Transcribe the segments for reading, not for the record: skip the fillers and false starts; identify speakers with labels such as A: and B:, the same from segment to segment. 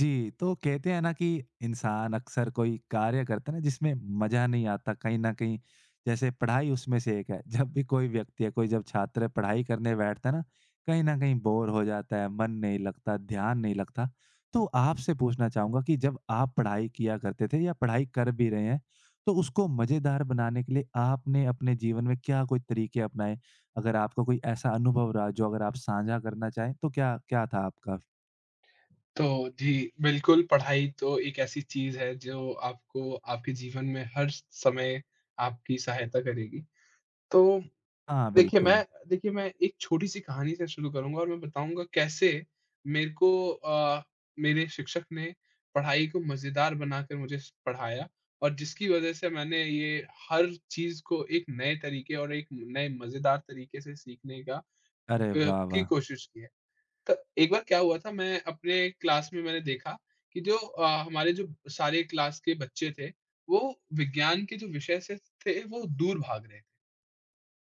A: जी, तो कहते हैं ना कि इंसान अक्सर कोई कार्य करता है ना जिसमें मज़ा नहीं आता कहीं न कहीं, जैसे पढ़ाई उसमें से एक है। जब भी कोई व्यक्ति या कोई जब छात्र पढ़ाई करने बैठता है ना, कहीं न कहीं बोर हो जाता है, मन नहीं लगता, ध्यान नहीं लगता। तो आपसे पूछना चाहूँगा कि जब आप पढ़ाई किया करते थे या पढ़ाई कर भी रहे हैं, तो उसको मज़ेदार बनाने के लिए आपने अपने जीवन में क्या कोई तरीके अपनाए? अगर आपका कोई ऐसा अनुभव रहा जो अगर आप साझा करना चाहें, तो क्या क्या था आपका?
B: तो जी, बिल्कुल पढ़ाई तो एक ऐसी चीज़ है जो आपको आपके जीवन में हर समय आपकी सहायता करेगी। तो
A: हाँ, बिल्कुल।
B: देखिए, मैं एक छोटी-सी कहानी से शुरू करूँगा और मैं बताऊँगा कैसे मेरे को मेरे शिक्षक ने पढ़ाई को मज़ेदार बनाकर मुझे स पढ़ाया और जिसकी वज़ह से मैंने ये हर चीज़ को एक नए तरीके और एक नए मज़ेदार तरीके से सीखने का
A: अरे वाह,
B: की
A: वाह!
B: कोशिश की है। तो एक बार क्या हुआ था, मैं अपने क्लास में मैंने देखा कि हमारे जो सारे क्लास के बच्चे थे, वो विज्ञान के जो विषय से थे, वो दूर भाग रहे थे।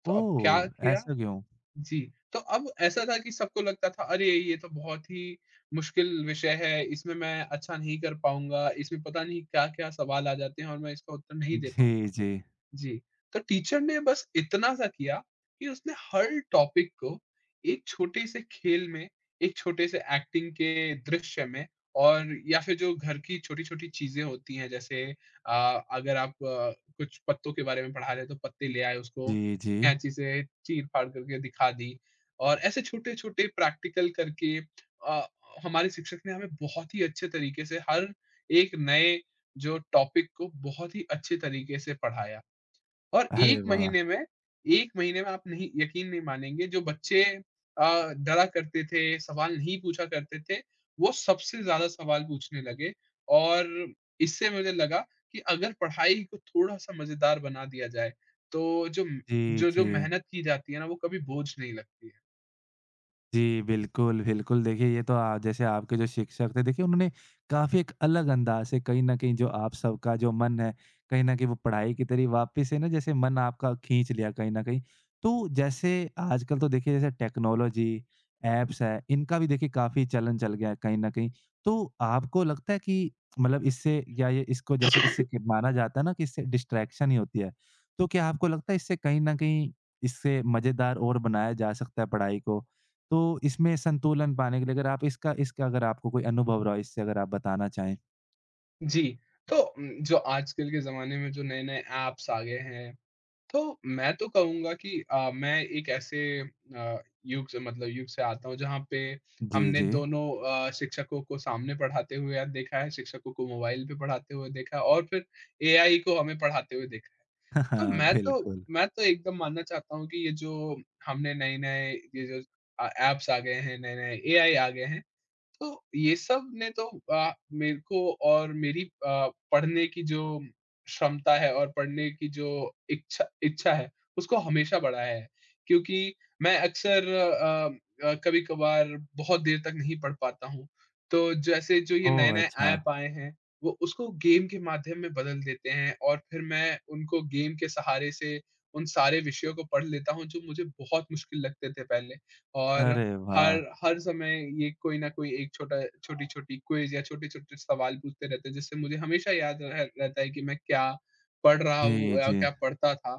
B: तो अब क्या
A: ओह!
B: किया
A: ऐसा क्यों?
B: जी, तो अब ऐसा था कि सबको लगता था अरे! ये तो बहुत ही मुश्किल विषय है, इसमें मैं अच्छा नहीं कर पाऊँगा, इसमें पता नहीं क्या-क्या सवाल आ जाते हैं और मैं इसका उत्तर नहीं दे
A: जी,
B: पाऊँगा।
A: जी।
B: जी, तो टीचर ने बस इतना-सा किया कि उसने हर टॉपिक को एक छोटे से खेल में, एक छोटे से एक्टिंग के दृश्य में और या फिर जो घर की छोटी-छोटी चीज़ें होती हैं जैसे अगर आप कुछ पत्तों के बारे में पढ़ा रहे हैं तो पत्ते ले आए उसको
A: जी, जी।
B: कैंची से चीर-फाड़ करके दिखा दी और ऐसे छोटे-छोटे प्रैक्टिकल करके अ, हमारे शिक्षक ने हमें बहुत ही अच्छे तरीके से हर एक नए जो टॉपिक को बहुत ही अच्छे तरीके से पढ़ाया। और
A: अरे
B: 1
A: वाह!
B: महीने में 1 महीने में आप नहीं यकीन नहीं मानेंगे जो बच्चे डरा करते थे, सवाल नहीं पूछा करते थे, वो सबसे ज़्यादा सवाल पूछने लगे और इससे मुझे लगा कि अगर पढ़ाई को थोड़ा-सा मज़ेदार बना दिया जाए, तो जो
A: जी,
B: जो-जो
A: जी।
B: मेहनत की जाती है ना, वो कभी बोझ नहीं लगती है।
A: जी, बिल्कुल, बिल्कुल। देखिए, ये तो आ जैसे आपके जो शिक्षक थे, देखिए उन्होंने काफ़ी एक अलग अंदाज़ से कहीं न कहीं जो आप सबका जो मन है, कहीं न कहीं वो पढ़ाई की तरफ वापस से ना जैसे मन आपका खींच लिया कहीं न कहीं। तो जैसे आजकल तो देखिए जैसे टेक्नोलॉजी, ऐप्स है, इनका भी देखिए काफ़ी चलन चल गया है कहीं न कहीं। तो आपको लगता है कि मतलब इससे या ये इसको जैसे इससे कि माना जाता है ना कि इससे डिस्ट्रैक्शन ही होती है। तो क्या आपको लगता है इससे कहीं न कहीं इससे मज़ेदार और बनाया जा सकता है पढ़ाई को? तो इसमें संतुलन पाने के लिए अगर आप इसका इसका अगर आपको कोई अनुभव रहा हो इससे अगर आप बताना चाहें?
B: जी, तो जो आजकल के ज़माने में जो नए-नए ऐप्स आ गए हैं तो मैं तो कहूँगा कि मैं एक ऐसे युग से मतलब युग से आता हूँ जहाँ पे
A: जी,
B: हमने
A: जी।
B: दोनों शिक्षकों को सामने पढ़ाते हुए देखा है, शिक्षकों को मोबाइल पे पढ़ाते हुए देखा है और फिर एआई को हमें पढ़ाते हुए देखा है।
A: बिल्कुल।
B: मैं तो एकदम मानना चाहता हूँ कि ये जो हमने नए-नए ये जो ऐप्स आ गए हैं, नए-नए एआई आ गए हैं, तो ये सब ने तो मेरे को और मेरी पढ़ने की जो क्षमता है और पढ़ने की जो इच्छा इच्छा है, उसको हमेशा बढ़ाया है। क्योंकि मैं अक्सर अ अ, कभी-कभार बहुत देर तक नहीं पढ़ पाता हूँ। तो जैसे जो ये
A: ओह!
B: नए-नए
A: अच्छा।
B: ऐप आए हैं, वो उसको गेम के माध्यम में बदल देते हैं और फिर मैं उनको गेम के सहारे से उन सारे विषयों को पढ़ लेता हूँ, जो मुझे बहुत मुश्किल लगते थे पहले और
A: अरे
B: हर
A: वाह!
B: हर समय ये कोई ना कोई एक छोटा छोटी-छोटी क्विज़ या छोटे-छोटे सवाल पूछते रहते हैं, जिससे मुझे हमेशा याद रह रहता है कि मैं क्या पढ़ रहा
A: जी,
B: हूँ या
A: जी।
B: क्या पढ़ता था।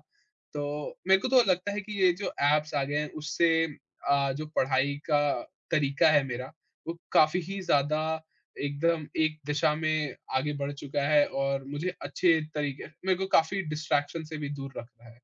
B: तो मेरे को तो लगता है कि ये जो ऐप्स आ गए हैं उससे जो पढ़ाई का तरीका है मेरा, वो काफ़ी ही ज़्यादा एकदम एक दिशा में आगे बढ़ चुका है और मुझे अच्छे तरीके मेरे को काफ़ी डिस्ट्रैक्शन से भी दूर रख रहा है।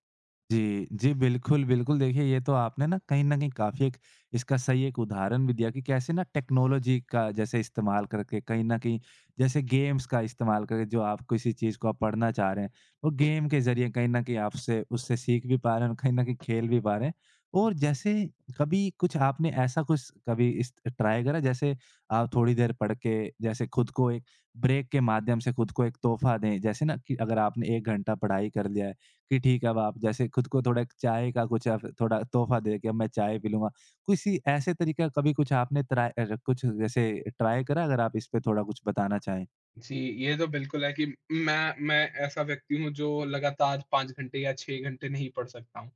A: जी, जी, बिल्कुल, बिल्कुल। देखिए, ये तो आपने ना कहीं न कहीं काफ़ी एक इसका सही एक उदाहरण भी दिया कि कैसे ना टेक्नोलॉजी का जैसे इस्तेमाल करके कहीं न कहीं जैसे गेम्स का इस्तेमाल करके जो आप किसी चीज़ को आप पढ़ना चाह रहे हैं, वो गेम के ज़रिए कहीं न कहीं आप उससे उससे सीख भी पा रहे हैं और कहीं न कहीं खेल भी पा रहे हैं। और जैसे कभी कुछ आपने ऐसा कुछ कभी इस ट्राई करा जैसे आप थोड़ी देर पढ़ के जैसे खुद को एक ब्रेक के माध्यम से खुद को एक तोहफ़ा दें? जैसे ना कि अगर आपने 1 घंटा पढ़ाई कर लिया है कि ठीक है अब आप जैसे खुद को थोड़ा एक चाय का कुछ आप थोड़ा तोहफ़ा दें कि अब मैं चाय पी लूँगा। किसी ऐसे तरीका कभी कुछ आपने कुछ जैसे ट्राय करा अगर आप इस पे थोड़ा कुछ बताना चाहें?
B: जी, ये तो बिल्कुल है कि मैं ऐसा व्यक्ति हूँ जो लगातार 5 घंटे या 6 घंटे नहीं पढ़ सकता हूँ।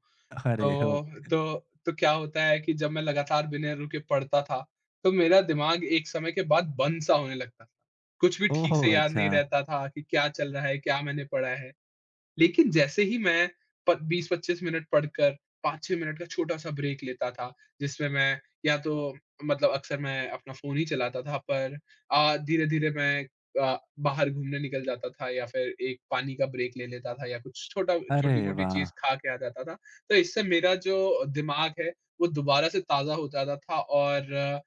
A: अरे!
B: तो
A: ओके।
B: तो तो क्या होता है कि जब मैं लगातार बिना रुके पढ़ता था, तो मेरा दिमाग एक समय के बाद बंद-सा होने लगता था। कुछ भी
A: ओह!
B: ठीक से याद
A: अच्छा।
B: नहीं रहता था कि क्या चल रहा है, क्या मैंने पढ़ा है। लेकिन जैसे ही मैं प 20-25 मिनट पढ़कर 5-6 मिनट का छोटा-सा ब्रेक लेता था, जिसमें मैं या तो मतलब अक्सर मैं अपना फ़ोन ही चलाता था पर धीरे-धीरे मैं अ, बाहर घूमने निकल जाता था या फिर एक पानी का ब्रेक ले लेता था या कुछ छोटा
A: अरे
B: छोटी-मोटी
A: वाह!
B: चीज़ खा के आ जाता था। तो इससे मेरा जो दिमाग है, वो दोबारा से ताज़ा हो जाता था और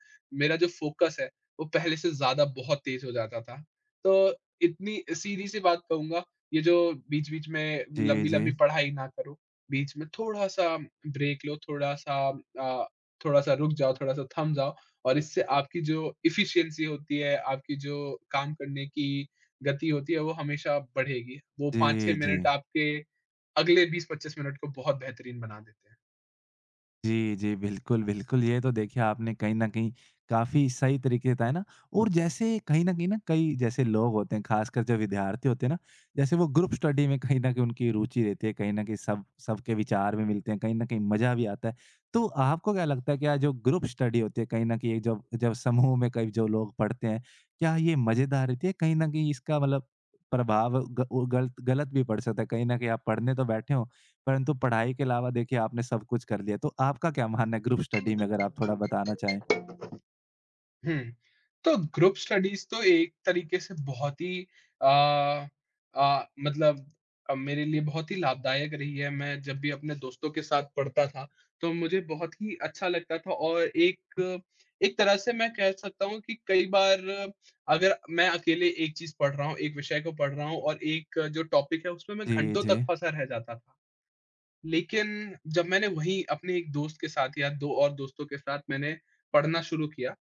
B: मेरा जो फ़ोकस है, वो पहले से ज़्यादा बहुत तेज़ हो जाता था। तो इतनी सीधी सी बात कहूँगा ये जो बीच-बीच में
A: जी, जी।
B: लंबी-लंबी पढ़ाई ना करो, बीच में थोड़ा-सा ब्रेक लो, थोड़ा-सा अ, थोड़ा-सा रुक जाओ, थोड़ा-सा थम जाओ और इससे आपकी जो एफिशिएंसी होती है, आपकी जो काम करने की गति होती है, वो हमेशा बढ़ेगी। वो 5-6
A: जी, जी।
B: मिनट आपके अगले 20-25 मिनट को बहुत बेहतरीन बना देते हैं।
A: जी, जी। बिल्कुल, बिल्कुल। ये तो देखिए आपने कहीं न कहीं काफ़ी सही तरीके से बताया ना और जैसे कहीं न कई जैसे लोग होते हैं, ख़ासकर जो विद्यार्थी होते हैं ना, जैसे वो ग्रुप स्टडी में कहीं न कहीं उनकी रुचि रहती है, कहीं न कहीं सब सबके विचार भी मिलते हैं, कहीं न कहीं मज़ा भी आता है। तो आपको क्या लगता है क्या जो ग्रुप स्टडी होती है कहीं न कहीं जब जब समूह में कई जो लोग पढ़ते हैं, क्या ये मज़ेदार रहती है? कहीं न कहीं इसका मतलब प्रभाव ग गलत गलत भी पड़ सकता है। कहीं न कहीं आप पढ़ने तो बैठे हो परंतु पढ़ाई के अलावा देखिए आपने सब कुछ कर लिया, तो आपका क्या मानना है ग्रुप स्टडी में अगर आप थोड़ा बताना चाहें?
B: हुँ। तो ग्रुप स्टडीज़ तो एक तरीके से बहुत ही अ मतलब मेरे लिए बहुत ही लाभदायक रही है। मैं जब भी अपने दोस्तों के साथ पढ़ता था, तो मुझे बहुत ही अच्छा लगता था और एक एक तरह से मैं कह सकता हूँ कि कई बार अगर मैं अकेले एक चीज़ पढ़ रहा हूँ, एक विषय को पढ़ रहा हूँ और एक जो टॉपिक है, उसमें मैं
A: जी,
B: घंटों
A: जी।
B: तक फँसा रह जाता था। लेकिन जब मैंने वहीं अपने एक दोस्त के साथ या 2 और दोस्तों के साथ मैंने पढ़ना शुरू किया,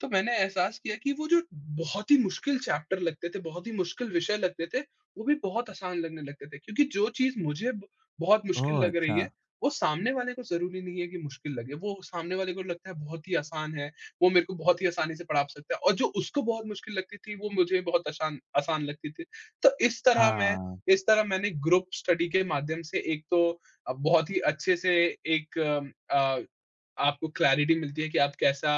B: तो मैंने एहसास किया कि वो जो बहुत ही मुश्किल चैप्टर लगते थे, बहुत ही मुश्किल विषय लगते थे, वो भी बहुत आसान लगने लगते थे क्योंकि जो चीज़ मुझे ब बहुत मुश्किल
A: ओह!
B: लग रही
A: अच्छा।
B: है, वो सामने वाले को ज़रूरी नहीं है कि मुश्किल लगे। वो सामने वाले को लगता है बहुत ही आसान है, वो मेरे को बहुत ही आसानी से पढ़ा सकता है और जो उसको बहुत मुश्किल लगती थी, वो मुझे बहुत आसान आसान लगती थी। तो इस तरह मैं
A: हाँ।
B: इस तरह मैंने ग्रुप स्टडी के माध्यम से एक तो बहुत ही अच्छे से एक अ, आपको क्लैरिटी मिलती है कि आप कैसा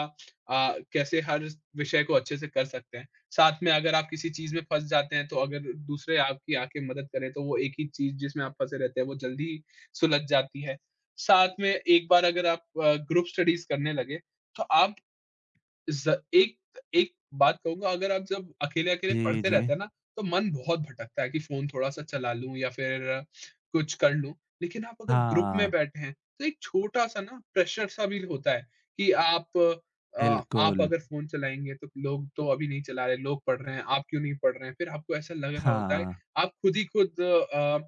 B: अ, कैसे हर विषय को अच्छे से कर सकते हैं। साथ में अगर आप किसी चीज़ में फँस जाते हैं, तो अगर दूसरे आपकी आके मदद करें, तो वो एक ही चीज़ जिसमें आप फँसे रहते हैं, वो जल्दी ही सुलझ जाती है। साथ में एक बार अगर आप ग्रुप स्टडीज़ करने लगे, तो आप ज़ एक एक बात कहूँगा अगर आप जब अकेले-अकेले
A: जी,
B: पढ़ते
A: जी।
B: रहते हैं ना, तो मन बहुत भटकता है कि फ़ोन थोड़ा-सा चला लूँ या फिर कुछ कर लूँ। लेकिन आप अगर ग्रुप
A: हाँ,
B: में बैठे हैं, तो एक छोटा-सा ना प्रेशर-सा भी होता है कि आप
A: बिल्कुल।
B: अगर फ़ोन चलाएँगे तो लोग तो अभी नहीं चला रहे, लोग पढ़ रहे हैं, आप क्यों नहीं पढ़ रहे हैं? फिर आपको ऐसा लग रहा होता है,
A: हाँ।
B: आप खुद ही खुद अ,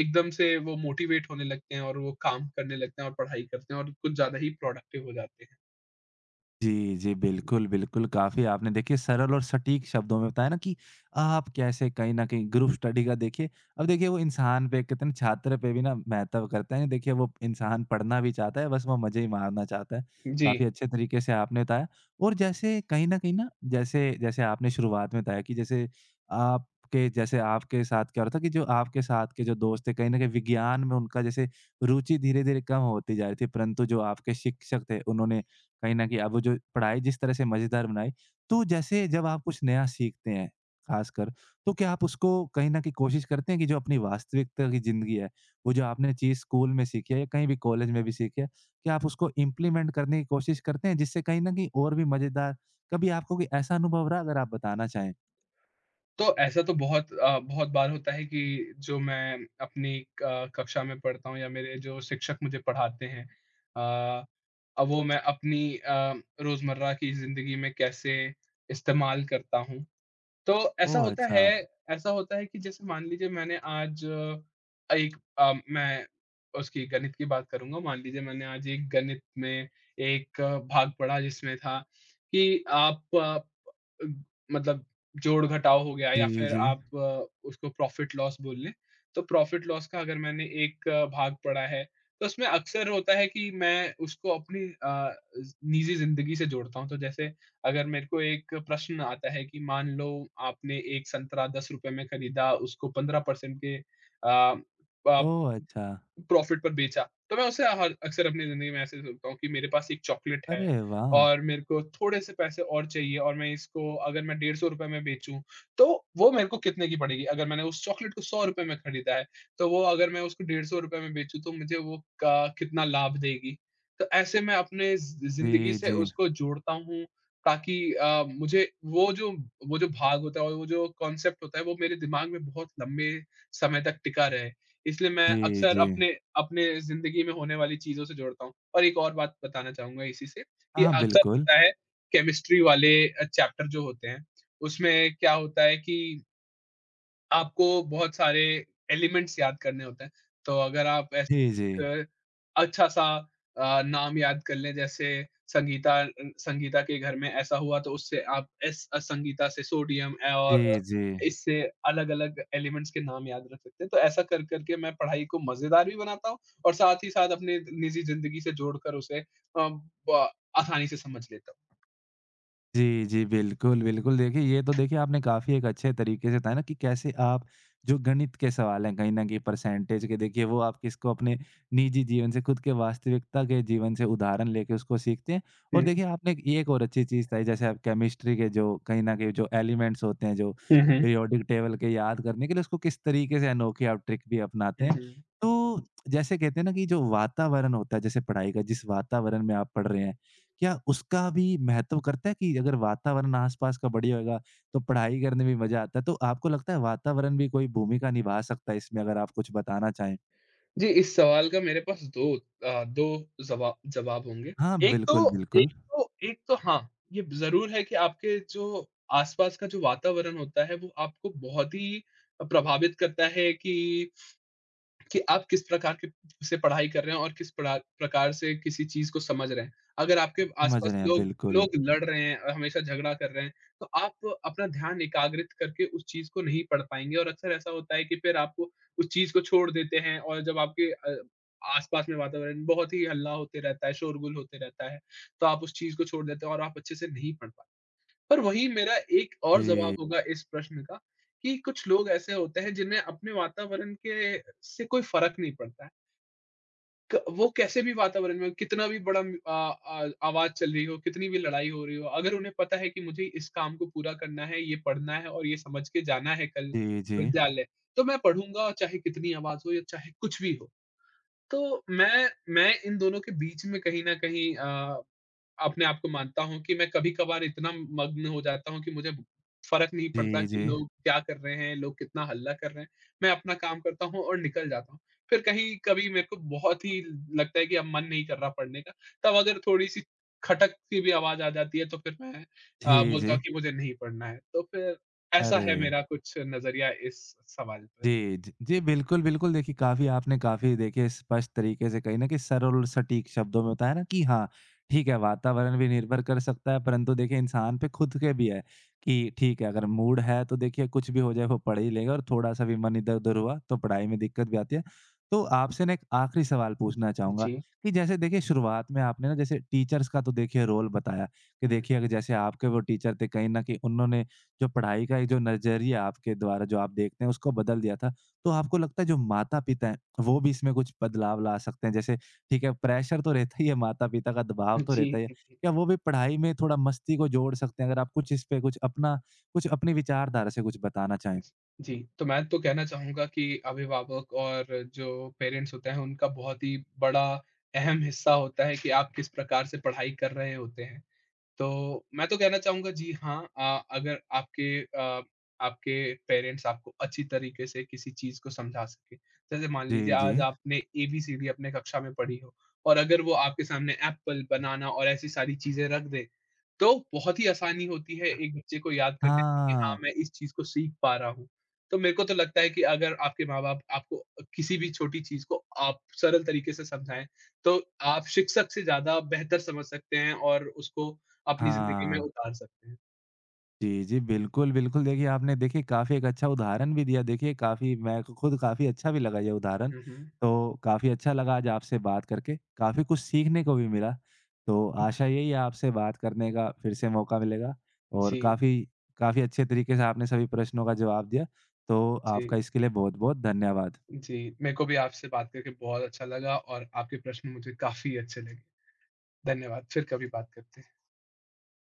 B: एकदम से वो मोटिवेट होने लगते हैं और वो काम करने लगते हैं और पढ़ाई करते हैं और कुछ ज़्यादा ही प्रोडक्टिव हो जाते हैं।
A: जी, जी। बिल्कुल, बिल्कुल। काफ़ी आपने देखिए सरल और सटीक शब्दों में बताया ना कि आप कैसे कहीं न कहीं ग्रुप स्टडी का देखिए अब देखिए वो इंसान पे कहते हैं ना छात्र पे भी ना महत्व करता है। देखिए वो इंसान पढ़ना भी चाहता है बस वो मज़े ही मारना चाहता है।
B: जी।
A: काफ़ी अच्छे तरीके से आपने बताया और जैसे कहीं न कहीं ना जैसे जैसे आपने शुरुआत में बताया कि जैसे आपके साथ क्या हो रहा था कि जो आपके साथ के जो दोस्त थे कहीं न कहीं विज्ञान में उनका जैसे रुचि धीरे-धीरे कम होती जा रही थी परंतु जो आपके शिक्षक थे उन्होंने कहीं न कहीं आप वो जो पढ़ाई जिस तरह से मज़ेदार बनाई, तो जैसे जब आप कुछ नया सीखते हैं, ख़ासकर, तो क्या आप उसको कहीं न कहीं कोशिश करते हैं कि जो अपनी वास्तविकता की ज़िंदगी है, वो जो आपने चीज़ स्कूल में सीखी है या कहीं भी कॉलेज में भी सीखी है, क्या आप उसको इम्प्लीमेंट करने की कोशिश करते हैं जिससे कहीं न कहीं और भी मज़ेदार कभी आपको कोई ऐसा अनुभव रहा अगर आप बताना चाहें?
B: तो ऐसा तो बहुत बार होता है कि जो मैं अपनी क कक्षा में पढ़ता हूँ या मेरे जो शिक्षक मुझे पढ़ाते हैं अ, अब वो मैं अपनी रोज़मर्रा की ज़िंदगी में कैसे इस्तेमाल करता हूँ। तो ऐसा
A: ओह!
B: होता
A: अच्छा।
B: है ऐसा होता है कि जैसे मान लीजिए मैंने आज अ, एक अ, मैं उसकी गणित की बात करूँगा। मान लीजिए मैंने आज एक गणित में एक भाग पढ़ा जिसमें था कि आप अ, ग- मतलब जोड़-घटाव हो गया या
A: जी,
B: फिर
A: जी।
B: आप उसको प्रॉफ़िट लॉस बोल लें। तो प्रॉफ़िट लॉस का अगर मैंने एक भाग पढ़ा है, तो उसमें अक्सर होता है कि मैं उसको अपनी अ, ज़ निजी ज़िंदगी से जोड़ता हूँ। तो जैसे अगर मेरे को एक प्रश्न आता है कि मान लो आपने एक संतरा ₹10 में खरीदा, उसको 15% के अ, प
A: ओह! अच्छा।
B: प्रॉफ़िट पर बेचा। तो मैं उसे हर अक्सर अपनी ज़िंदगी में ऐसे सोचता हूँ कि मेरे पास एक चॉकलेट है
A: अरे वाह!
B: और मेरे को थोड़े-से पैसे और चाहिए और मैं इसको अगर मैं ₹150 में बेचूँ, तो वो मेरे को कितने की पड़ेगी? अगर मैंने उस चॉकलेट को ₹100 में खरीदा है, तो वो अगर मैं उसको ₹150 में बेचूँ, तो मुझे वो क कितना लाभ देगी? तो ऐसे मैं अपने ज़िंदगी
A: जी,
B: से
A: जी।
B: उसको जोड़ता हूँ ताकि मुझे वो जो भाग होता है और वो जो कॉन्सेप्ट होता है, वो मेरे दिमाग में बहुत लंबे समय तक टिका रहे। इसलिए मैं
A: जी,
B: अक्सर
A: जी।
B: अपने अपने ज़िंदगी में होने वाली चीज़ों से जोड़ता हूँ। और एक और बात बताना चाहूँगा इसी से
A: हाँ,
B: कि
A: हाँ,
B: अक्सर
A: बिल्कुल।
B: होता है केमिस्ट्री वाले चैप्टर जो होते हैं, उसमें क्या होता है कि आपको बहुत सारे एलिमेंट्स याद करने होते हैं, तो अगर आप
A: जी,
B: ऐसा
A: जी।
B: कुछ अच्छा-सा नाम याद कर लें जैसे संगीता अ, संगीता के घर में ऐसा हुआ तो उससे संगीता से सोडियम ए और
A: जी, जी।
B: इससे अलग-अलग एलिमेंट्स के नाम याद रख सकते हैं। तो ऐसा कर के मैं पढ़ाई को मज़ेदार भी बनाता हूँ और साथ ही साथ अपने निजी ज़िंदगी से जोड़कर उसे अ, ब आसानी से समझ लेता
A: जी, जी, बिल्कुल, बिल्कुल। देखिए, ये तो देखिए आपने काफ़ी एक अच्छे तरीके से बताया ना कि कैसे आप जो गणित के सवाल हैं, कहीं न कहीं परसेंटेज के देखिए वो आप किसको अपने निजी जीवन से, खुद के वास्तविकता के जीवन से उदाहरण लेके उसको सीखते हैं। और
B: हूँ। हुँ,
A: देखिए आपने एक ये एक और अच्छी चीज़ बताई जैसे आप केमिस्ट्री के जो कहीं न कहीं जो एलिमेंट्स होते हैं, जो
B: हुँ, हुँ।
A: पीरियोडिक टेबल के याद करने के लिए उसको किस तरीके से अनोखे आप ट्रिक भी अपनाते
B: हुँ,
A: हैं।
B: हुँ।
A: तो जैसे कहते हैं ना कि जो वातावरण होता है, जैसे पढ़ाई का जिस वातावरण में आप पढ़ रहे हैं क्या उसका भी महत्व करता है कि अगर वातावरण आस-पास का बढ़िया होगा, तो पढ़ाई करने में मज़ा आता है? तो आपको लगता है वातावरण भी कोई भूमिका निभा सकता है इसमें अगर आप कुछ बताना चाहें?
B: जी, इस सवाल का मेरे पास 2 जवाब होंगे।
A: हाँ,
B: एक तो
A: बिल्कुल, बिल्कुल।
B: एक तो हाँ, ये ज़रूर है कि आपके जो आस-पास का जो वातावरण होता है, वो आपको बहुत ही प्रभावित करता है कि आप किस प्रकार के से पढ़ाई कर रहे हैं और किस प्रकार प्रकार से किसी चीज़ को समझ रहे हैं। अगर आपके
A: समझ
B: आस-पास
A: रहे हैं,
B: लोग
A: बिल्कुल।
B: लोग लड़ रहे हैं और हमेशा झगड़ा कर रहे हैं, तो आप अपना ध्यान एकाग्रित करके उस चीज़ को नहीं पढ़ पाएँगे और अक्सर ऐसा होता है कि फिर उस चीज़ को छोड़ देते हैं और जब आपके आस-पास में वातावरण बहुत ही हल्ला होते रहता है, शोरगुल होते रहता है, तो आप उस चीज़ को छोड़ देते हो और आप अच्छे से नहीं पढ़ पाते। पर वही मेरा एक और
A: जी,
B: जवाब होगा इस प्रश्न का कि कुछ लोग ऐसे होते हैं जिन्हें अपने वातावरण के से कोई फ़र्क नहीं पड़ता है। क वो कैसे भी वातावरण में हो, कितना भी बड़ा म अ अ, आवाज़ चल रही हो, कितनी भी लड़ाई हो रही हो, अगर उन्हें पता है कि मुझे इस काम को पूरा करना है, ये पढ़ना है और ये समझ के जाना है कल
A: जी, जी।
B: विद्यालय, तो मैं पढ़ूँगा और चाहे कितनी आवाज़ हो या चाहे कुछ भी हो। तो मैं इन दोनों के बीच में कहीं न कहीं अपने आप को मानता हूँ कि मैं कभी-कभार इतना मग्न हो जाता हूँ कि मुझे फ़र्क नहीं पड़ता
A: जी, जी।
B: कि लोग क्या कर रहे हैं, लोग कितना हल्ला कर रहे हैं। मैं अपना काम करता हूँ और निकल जाता हूँ। फिर कहीं कभी मेरे को बहुत ही लगता है कि अब मन नहीं कर रहा पढ़ने का, तब अगर थोड़ी-सी खटक की भी आवाज़ आ जाती है तो फिर मैं
A: जी,
B: बोलता
A: जी।
B: हूँ कि मुझे नहीं पढ़ना है। तो फिर ऐसा
A: अरे!
B: है मेरा कुछ नज़रिया इस सवाल पर।
A: जी, ज जी, बिल्कुल, बिल्कुल। देखिए, काफ़ी आपने काफ़ी देखिए स्पष्ट तरीके से कहीं न कहीं सरल और सटीक शब्दों में बताया ना कि हाँ, ठीक है वातावरण भी निर्भर कर सकता है परंतु देखिए इंसान पे खुद के भी है कि ठीक है अगर मूड है तो देखिए कुछ भी हो जाए वो पढ़ ही लेगा और थोड़ा-सा भी मन इधर-उधर हुआ तो पढ़ाई में दिक्कत भी आती है। तो आपसे ना एक आखिरी सवाल पूछना चाहूँगा
B: जी।
A: कि जैसे देखिए शुरुआत में आपने ना जैसे टीचर्स का तो देखिए रोल बताया कि
B: हुँ।
A: देखिए अगर जैसे आपके वो टीचर थे कहीं न कहीं उन्होंने जो पढ़ाई का एक जो नज़रिया आपके द्वारा जो आप देखते हैं, उसको बदल दिया था। तो आपको लगता है जो माता-पिता हैं, वो भी इसमें कुछ बदलाव ला सकते हैं? जैसे ठीक है, प्रेशर तो रहता ही है, माता-पिता का दबाव तो
B: जी,
A: रहता ही है।
B: जी, जी।
A: क्या वो भी पढ़ाई में थोड़ा मस्ती को जोड़ सकते हैं? अगर आप कुछ इस पे कुछ अपनी विचारधारा से कुछ बताना चाहें।
B: जी, तो मैं तो कहना चाहूँगा कि अभिभावक और जो पेरेंट्स होते हैं, उनका बहुत ही बड़ा अहम हिस्सा होता है कि आप किस प्रकार से पढ़ाई कर रहे होते हैं। तो मैं तो कहना चाहूँगा जी हाँ, अगर आपके पेरेंट्स आपको अच्छी तरीके से किसी चीज़ को समझा सकें। जैसे मान
A: जी,
B: लीजिए
A: जी।
B: आज आपने एबीसीडी अपने कक्षा में पढ़ी हो और अगर वो आपके सामने एप्पल, बनाना और ऐसी सारी चीज़ें रख दें, तो बहुत ही आसानी होती है एक बच्चे को याद करने में कि हाँ,
A: हाँ।
B: मैं इस चीज़ को सीख पा रहा हूँ। तो मेरे को तो लगता है कि अगर आपके माँ-बाप आपको किसी भी छोटी चीज़ को आप सरल तरीके से समझाएँ, तो आप शिक्षक से ज़्यादा बेहतर समझ सकते हैं और उसको अपनी ज़िंदगी में
A: हाँ।
B: उतार सकते हैं।
A: जी, जी। बिल्कुल, बिल्कुल। देखिए, आपने देखिए काफ़ी एक अच्छा उदाहरण भी दिया। देखिए काफ़ी मैं को खुद काफ़ी अच्छा भी लगा ये उदाहरण।
B: हुँ, हुँ।
A: तो काफ़ी अच्छा लगा आज आपसे बात करके, काफ़ी कुछ सीखने को भी मिला। तो
B: ज
A: आशा यही है आपसे बात करने का फिर से मौका मिलेगा और
B: जी,
A: काफ़ी काफ़ी अच्छे तरीके से आपने सभी प्रश्नों का जवाब दिया। तो आपका
B: जी,
A: इसके लिए बहुत-बहुत धन्यवाद।
B: जी। मेरे को भी आपसे बात करके बहुत अच्छा लगा और आपके प्रश्न मुझे काफ़ी अच्छे लगे। धन्यवाद, फिर कभी बात करते हैं।